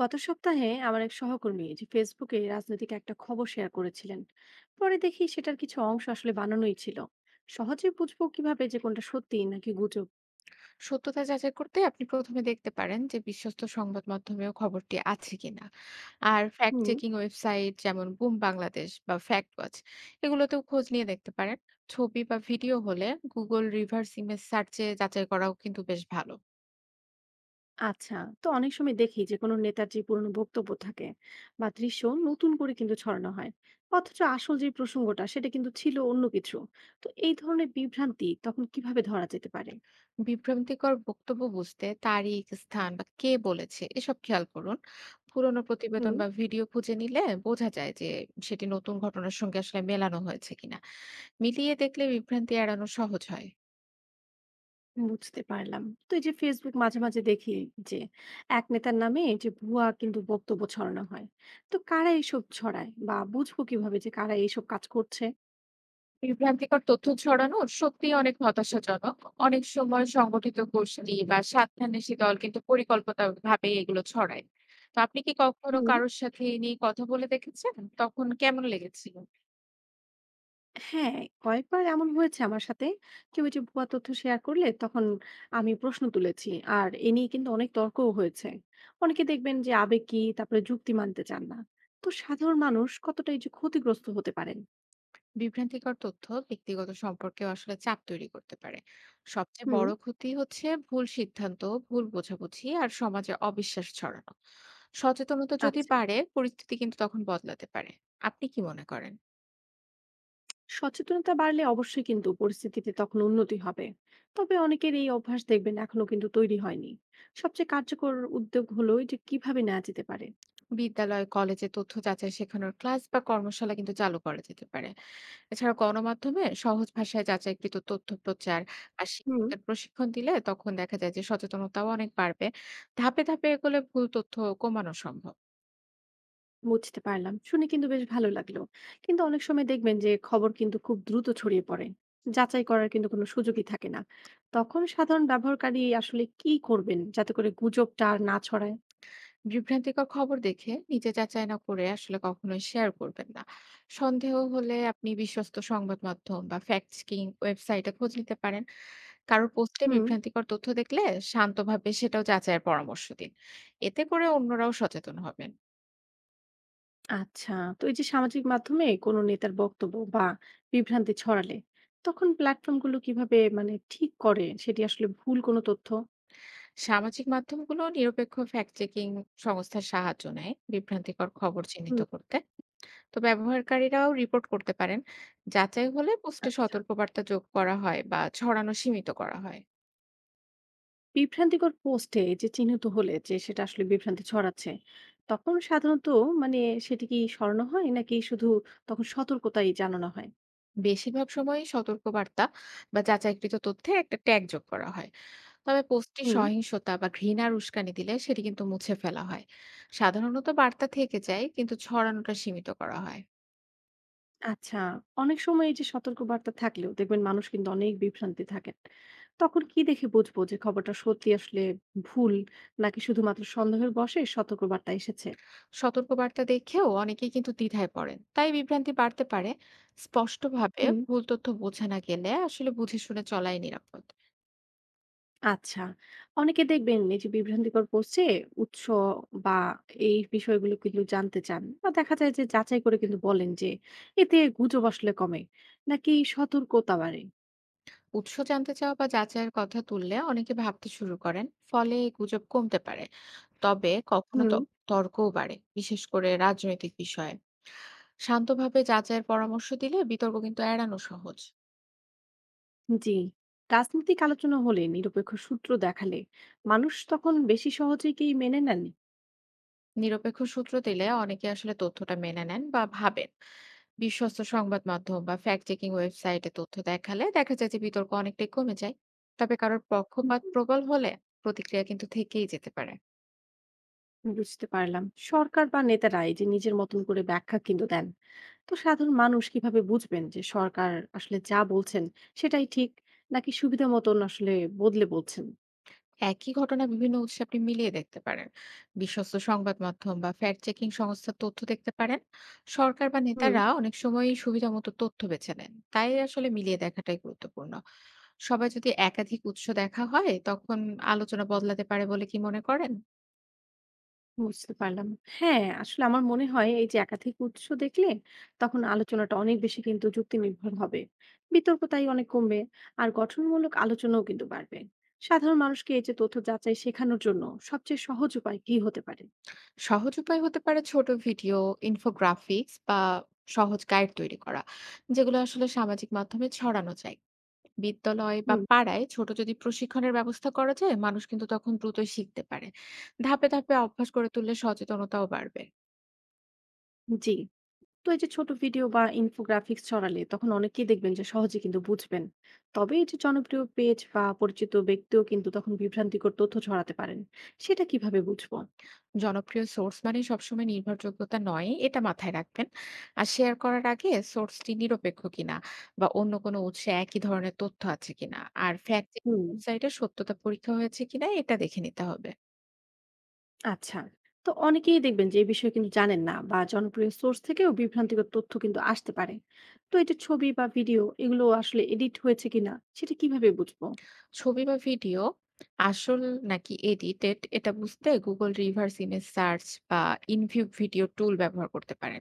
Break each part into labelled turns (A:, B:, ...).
A: গত সপ্তাহে আমার এক সহকর্মী যে ফেসবুকে রাজনৈতিক একটা খবর শেয়ার করেছিলেন। পরে দেখি সেটার কিছু অংশ আসলে বানানোই ছিল। সহজে বুঝবো কিভাবে যে কোনটা সত্যি নাকি গুজব?
B: সত্যতা যাচাই করতে আপনি প্রথমে দেখতে পারেন যে বিশ্বস্ত সংবাদ মাধ্যমেও খবরটি আছে কিনা। আর ফ্যাক্ট
A: হুম।
B: চেকিং ওয়েবসাইট যেমন বুম বাংলাদেশ বা ফ্যাক্ট ওয়াচ এগুলোতেও খোঁজ নিয়ে দেখতে পারেন। ছবি বা ভিডিও হলে গুগল রিভার্স ইমেজ সার্চে যাচাই করাও কিন্তু বেশ ভালো।
A: আচ্ছা, তো অনেক সময় দেখি যে কোনো নেতার যে পুরনো বক্তব্য থাকে বা দৃশ্য নতুন করে কিন্তু ছড়ানো হয়, অথচ আসল যে প্রসঙ্গটা সেটা কিন্তু ছিল অন্য কিছু। তো এই ধরনের বিভ্রান্তি তখন কিভাবে ধরা যেতে পারে?
B: বিভ্রান্তিকর বক্তব্য বুঝতে তারিখ, স্থান বা কে বলেছে এসব খেয়াল করুন। পুরনো প্রতিবেদন
A: হুম,
B: বা ভিডিও খুঁজে নিলে বোঝা যায় যে সেটি নতুন ঘটনার সঙ্গে আসলে মেলানো হয়েছে কিনা। মিলিয়ে দেখলে বিভ্রান্তি এড়ানো সহজ হয়।
A: বুঝতে পারলাম। তো এই যে Facebook মাঝে, মাঝে দেখি যে এক নেতার নামে এই যে ভুয়া কিন্তু বক্তব্য ছড়ানো হয়। তো কারা এইসব ছড়ায় বা বুঝবো কিভাবে যে কারা এইসব কাজ করছে?
B: বিভ্রান্তিকর তথ্য ছড়ানো সত্যিই অনেক হতাশাজনক। অনেক সময় সংগঠিত গোষ্ঠী বা স্বার্থান্বেষী দল কিন্তু পরিকল্পিতভাবে এগুলো ছড়ায়। তো আপনি কি কখনো
A: হুম।
B: কারোর সাথে এ নিয়ে কথা বলে দেখেছেন? তখন কেমন লেগেছিল?
A: হ্যাঁ, কয়েকবার এমন হয়েছে আমার সাথে। কেউ এই যে ভুয়া তথ্য শেয়ার করলে তখন আমি প্রশ্ন তুলেছি। আর এ নিয়ে কিন্তু অনেক তর্কও হয়েছে। অনেকে দেখবেন যে আবেগী, তারপরে যুক্তি মানতে চান না। তো সাধারণ মানুষ কতটা এই যে ক্ষতিগ্রস্ত হতে পারেন?
B: বিভ্রান্তিকর তথ্য ব্যক্তিগত সম্পর্কেও আসলে চাপ তৈরি করতে পারে। সবচেয়ে
A: হুম।
B: বড় ক্ষতি হচ্ছে ভুল সিদ্ধান্ত, ভুল বোঝাবুঝি আর সমাজে অবিশ্বাস ছড়ানো। সচেতনতা যদি
A: আচ্ছা।
B: বাড়ে, পরিস্থিতি কিন্তু তখন বদলাতে পারে। আপনি কি মনে করেন?
A: সচেতনতা বাড়লে অবশ্যই কিন্তু পরিস্থিতিতে তখন উন্নতি হবে, তবে অনেকের এই অভ্যাস দেখবেন এখনো কিন্তু তৈরি হয়নি। সবচেয়ে কার্যকর উদ্যোগ হলো এই যে কিভাবে নেওয়া যেতে পারে?
B: বিদ্যালয়, কলেজে তথ্য যাচাই শেখানোর ক্লাস বা কর্মশালা কিন্তু চালু করা যেতে পারে। এছাড়া গণমাধ্যমে সহজ ভাষায় যাচাইকৃত তথ্য প্রচার আর
A: হুম,
B: শিক্ষকদের প্রশিক্ষণ দিলে তখন দেখা যায় যে সচেতনতাও অনেক বাড়বে। ধাপে ধাপে এগোলে ভুল তথ্য কমানো সম্ভব।
A: বুঝতে পারলাম, শুনে কিন্তু বেশ ভালো লাগলো। কিন্তু অনেক সময় দেখবেন যে খবর কিন্তু খুব দ্রুত ছড়িয়ে পড়ে, যাচাই করার কিন্তু কোনো সুযোগই থাকে না। তখন সাধারণ ব্যবহারকারী আসলে কি করবেন যাতে করে গুজবটা আর না ছড়ায়?
B: বিভ্রান্তিকর খবর দেখে নিজে যাচাই না করে আসলে কখনোই শেয়ার করবেন না। সন্দেহ হলে আপনি বিশ্বস্ত সংবাদ মাধ্যম বা ফ্যাক্ট চেকিং ওয়েবসাইটে খোঁজ নিতে পারেন। কারোর পোস্টে
A: হুম।
B: বিভ্রান্তিকর তথ্য দেখলে শান্তভাবে সেটাও যাচাইয়ের পরামর্শ দিন। এতে করে অন্যরাও সচেতন হবেন।
A: আচ্ছা, তো এই যে সামাজিক মাধ্যমে কোনো নেতার বক্তব্য বা বিভ্রান্তি ছড়ালে তখন প্ল্যাটফর্মগুলো কিভাবে মানে ঠিক করে সেটি আসলে ভুল কোনো তথ্য?
B: সামাজিক মাধ্যমগুলো নিরপেক্ষ ফ্যাক্ট চেকিং সংস্থার সাহায্য নেয় বিভ্রান্তিকর খবর চিহ্নিত
A: হুম,
B: করতে। তো ব্যবহারকারীরাও রিপোর্ট করতে পারেন। যাচাই হলে পোস্টে
A: আচ্ছা।
B: সতর্কবার্তা যোগ করা হয় বা ছড়ানো সীমিত করা হয়।
A: বিভ্রান্তিকর পোস্টে যে চিহ্নিত হলে যে সেটা আসলে বিভ্রান্তি ছড়াচ্ছে, তখন সাধারণত মানে সেটি কি সরানো হয় নাকি শুধু তখন সতর্কতাই জানানো
B: বেশিরভাগ সময়ই সতর্কবার্তা বা যাচাইকৃত তথ্যে একটা ট্যাগ যোগ করা হয়। তবে পোস্টটি
A: হয়?
B: সহিংসতা বা ঘৃণার উস্কানি দিলে সেটি কিন্তু মুছে ফেলা হয়। সাধারণত বার্তা থেকে যায় কিন্তু ছড়ানোটা সীমিত করা হয়।
A: আচ্ছা, অনেক সময় এই যে সতর্কবার্তা থাকলেও দেখবেন মানুষ কিন্তু অনেক বিভ্রান্তি থাকেন। তখন কি দেখে বুঝবো যে খবরটা সত্যি আসলে ভুল নাকি শুধুমাত্র সন্দেহের বশে সতর্কবার্তা এসেছে?
B: সতর্ক বার্তা দেখেও অনেকেই কিন্তু দ্বিধায় পড়েন, তাই বিভ্রান্তি বাড়তে পারে। স্পষ্টভাবে
A: হুম।
B: ভুল তথ্য বোঝা না গেলে আসলে বুঝে শুনে চলাই নিরাপদ।
A: আচ্ছা, অনেকে দেখবেন এই যে বিভ্রান্তিকর পোস্টে উৎস বা এই বিষয়গুলো কিন্তু জানতে চান বা দেখা যায় যে যাচাই করে কিন্তু বলেন যে এতে গুজব আসলে কমে নাকি সতর্কতা বাড়ে?
B: উৎস জানতে চাওয়া বা যাচাইয়ের কথা তুললে অনেকে ভাবতে শুরু করেন, ফলে এই গুজব কমতে পারে। তবে
A: হুম।
B: তর্কও বাড়ে, বিশেষ করে রাজনৈতিক বিষয়ে। শান্তভাবে যাচাইয়ের পরামর্শ দিলে বিতর্ক কিন্তু এড়ানো সহজ।
A: জি, রাজনৈতিক আলোচনা হলে নিরপেক্ষ সূত্র দেখালে মানুষ তখন বেশি সহজে কি মেনে নেন?
B: নিরপেক্ষ সূত্র দিলে অনেকে আসলে তথ্যটা মেনে নেন বা ভাবেন। বিশ্বস্ত সংবাদ মাধ্যম বা ফ্যাক্ট চেকিং ওয়েবসাইটে তথ্য দেখালে দেখা যায় যে বিতর্ক অনেকটাই কমে যায়। তবে কারোর
A: হুম,
B: পক্ষপাত প্রবল হলে প্রতিক্রিয়া কিন্তু থেকেই যেতে পারে।
A: বুঝতে পারলাম। সরকার বা নেতারা এই যে নিজের মতন করে ব্যাখ্যা কিন্তু দেন। তো সাধারণ মানুষ কিভাবে বুঝবেন যে সরকার আসলে যা বলছেন সেটাই ঠিক নাকি সুবিধা মতন আসলে বদলে বলছেন?
B: একই ঘটনা বিভিন্ন উৎসে আপনি মিলিয়ে দেখতে পারেন। বিশ্বস্ত সংবাদ মাধ্যম বা ফ্যাক্ট চেকিং সংস্থার তথ্য দেখতে পারেন। সরকার বা
A: হুম,
B: নেতারা অনেক সময়ই সুবিধা মতো তথ্য বেছে নেন, তাই আসলে মিলিয়ে দেখাটাই গুরুত্বপূর্ণ। সবাই যদি একাধিক উৎস দেখা হয় তখন আলোচনা বদলাতে পারে বলে কি মনে করেন?
A: বুঝতে পারলাম। হ্যাঁ, আসলে আমার মনে হয় এই যে একাধিক উৎস দেখলে তখন আলোচনাটা অনেক বেশি কিন্তু যুক্তিনির্ভর হবে। বিতর্ক তাই অনেক কমবে আর গঠনমূলক আলোচনাও কিন্তু বাড়বে। সাধারণ মানুষকে এই যে তথ্য যাচাই শেখানোর জন্য সবচেয়ে সহজ উপায় কি হতে পারে?
B: সহজ উপায় হতে পারে ছোট ভিডিও, ইনফোগ্রাফিক্স বা সহজ গাইড তৈরি করা, যেগুলো আসলে সামাজিক মাধ্যমে ছড়ানো যায়। বিদ্যালয় বা
A: হুম।
B: পাড়ায় ছোট যদি প্রশিক্ষণের ব্যবস্থা করা যায়, মানুষ কিন্তু তখন দ্রুতই শিখতে পারে। ধাপে ধাপে অভ্যাস করে তুললে সচেতনতাও বাড়বে।
A: জি। তো এই যে ছোট ভিডিও বা ইনফোগ্রাফিক্স ছড়ালে তখন অনেকেই দেখবেন যে সহজে কিন্তু বুঝবেন। তবে এই যে জনপ্রিয় পেজ বা পরিচিত ব্যক্তিও কিন্তু তখন বিভ্রান্তিকর তথ্য ছড়াতে পারেন। সেটা কিভাবে বুঝবো?
B: জনপ্রিয় সোর্স মানে সবসময় নির্ভরযোগ্যতা নয়, এটা মাথায় রাখবেন। আর শেয়ার করার আগে সোর্সটি নিরপেক্ষ কিনা বা অন্য কোনো উৎসে একই ধরনের তথ্য আছে কিনা আর ফ্যাক্ট
A: হুম।
B: ওয়েবসাইটে সত্যতা পরীক্ষা হয়েছে কিনা এটা দেখে নিতে হবে।
A: আচ্ছা, তো অনেকেই দেখবেন যে এই বিষয়ে কিন্তু জানেন না বা জনপ্রিয় সোর্স থেকেও বিভ্রান্তিকর তথ্য কিন্তু আসতে পারে। তো এটা ছবি বা ভিডিও এগুলো আসলে এডিট হয়েছে কিনা সেটা কিভাবে বুঝবো?
B: ছবি বা ভিডিও আসল নাকি এডিটেড এটা বুঝতে গুগল রিভার্স ইমেজ সার্চ বা ইনভিউ ভিডিও টুল ব্যবহার করতে পারেন।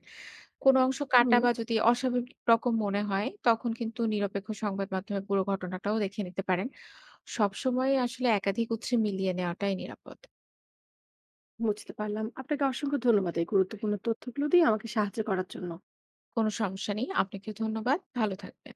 B: কোনো অংশ কাটা
A: হুম,
B: বা যদি অস্বাভাবিক রকম মনে হয় তখন কিন্তু নিরপেক্ষ সংবাদ মাধ্যমে পুরো ঘটনাটাও দেখে নিতে পারেন। সবসময় আসলে একাধিক উৎসে মিলিয়ে নেওয়াটাই নিরাপদ।
A: বুঝতে পারলাম। আপনাকে অসংখ্য ধন্যবাদ এই গুরুত্বপূর্ণ তথ্যগুলো দিয়ে আমাকে সাহায্য করার জন্য।
B: কোনো সমস্যা নেই, আপনাকে ধন্যবাদ, ভালো থাকবেন।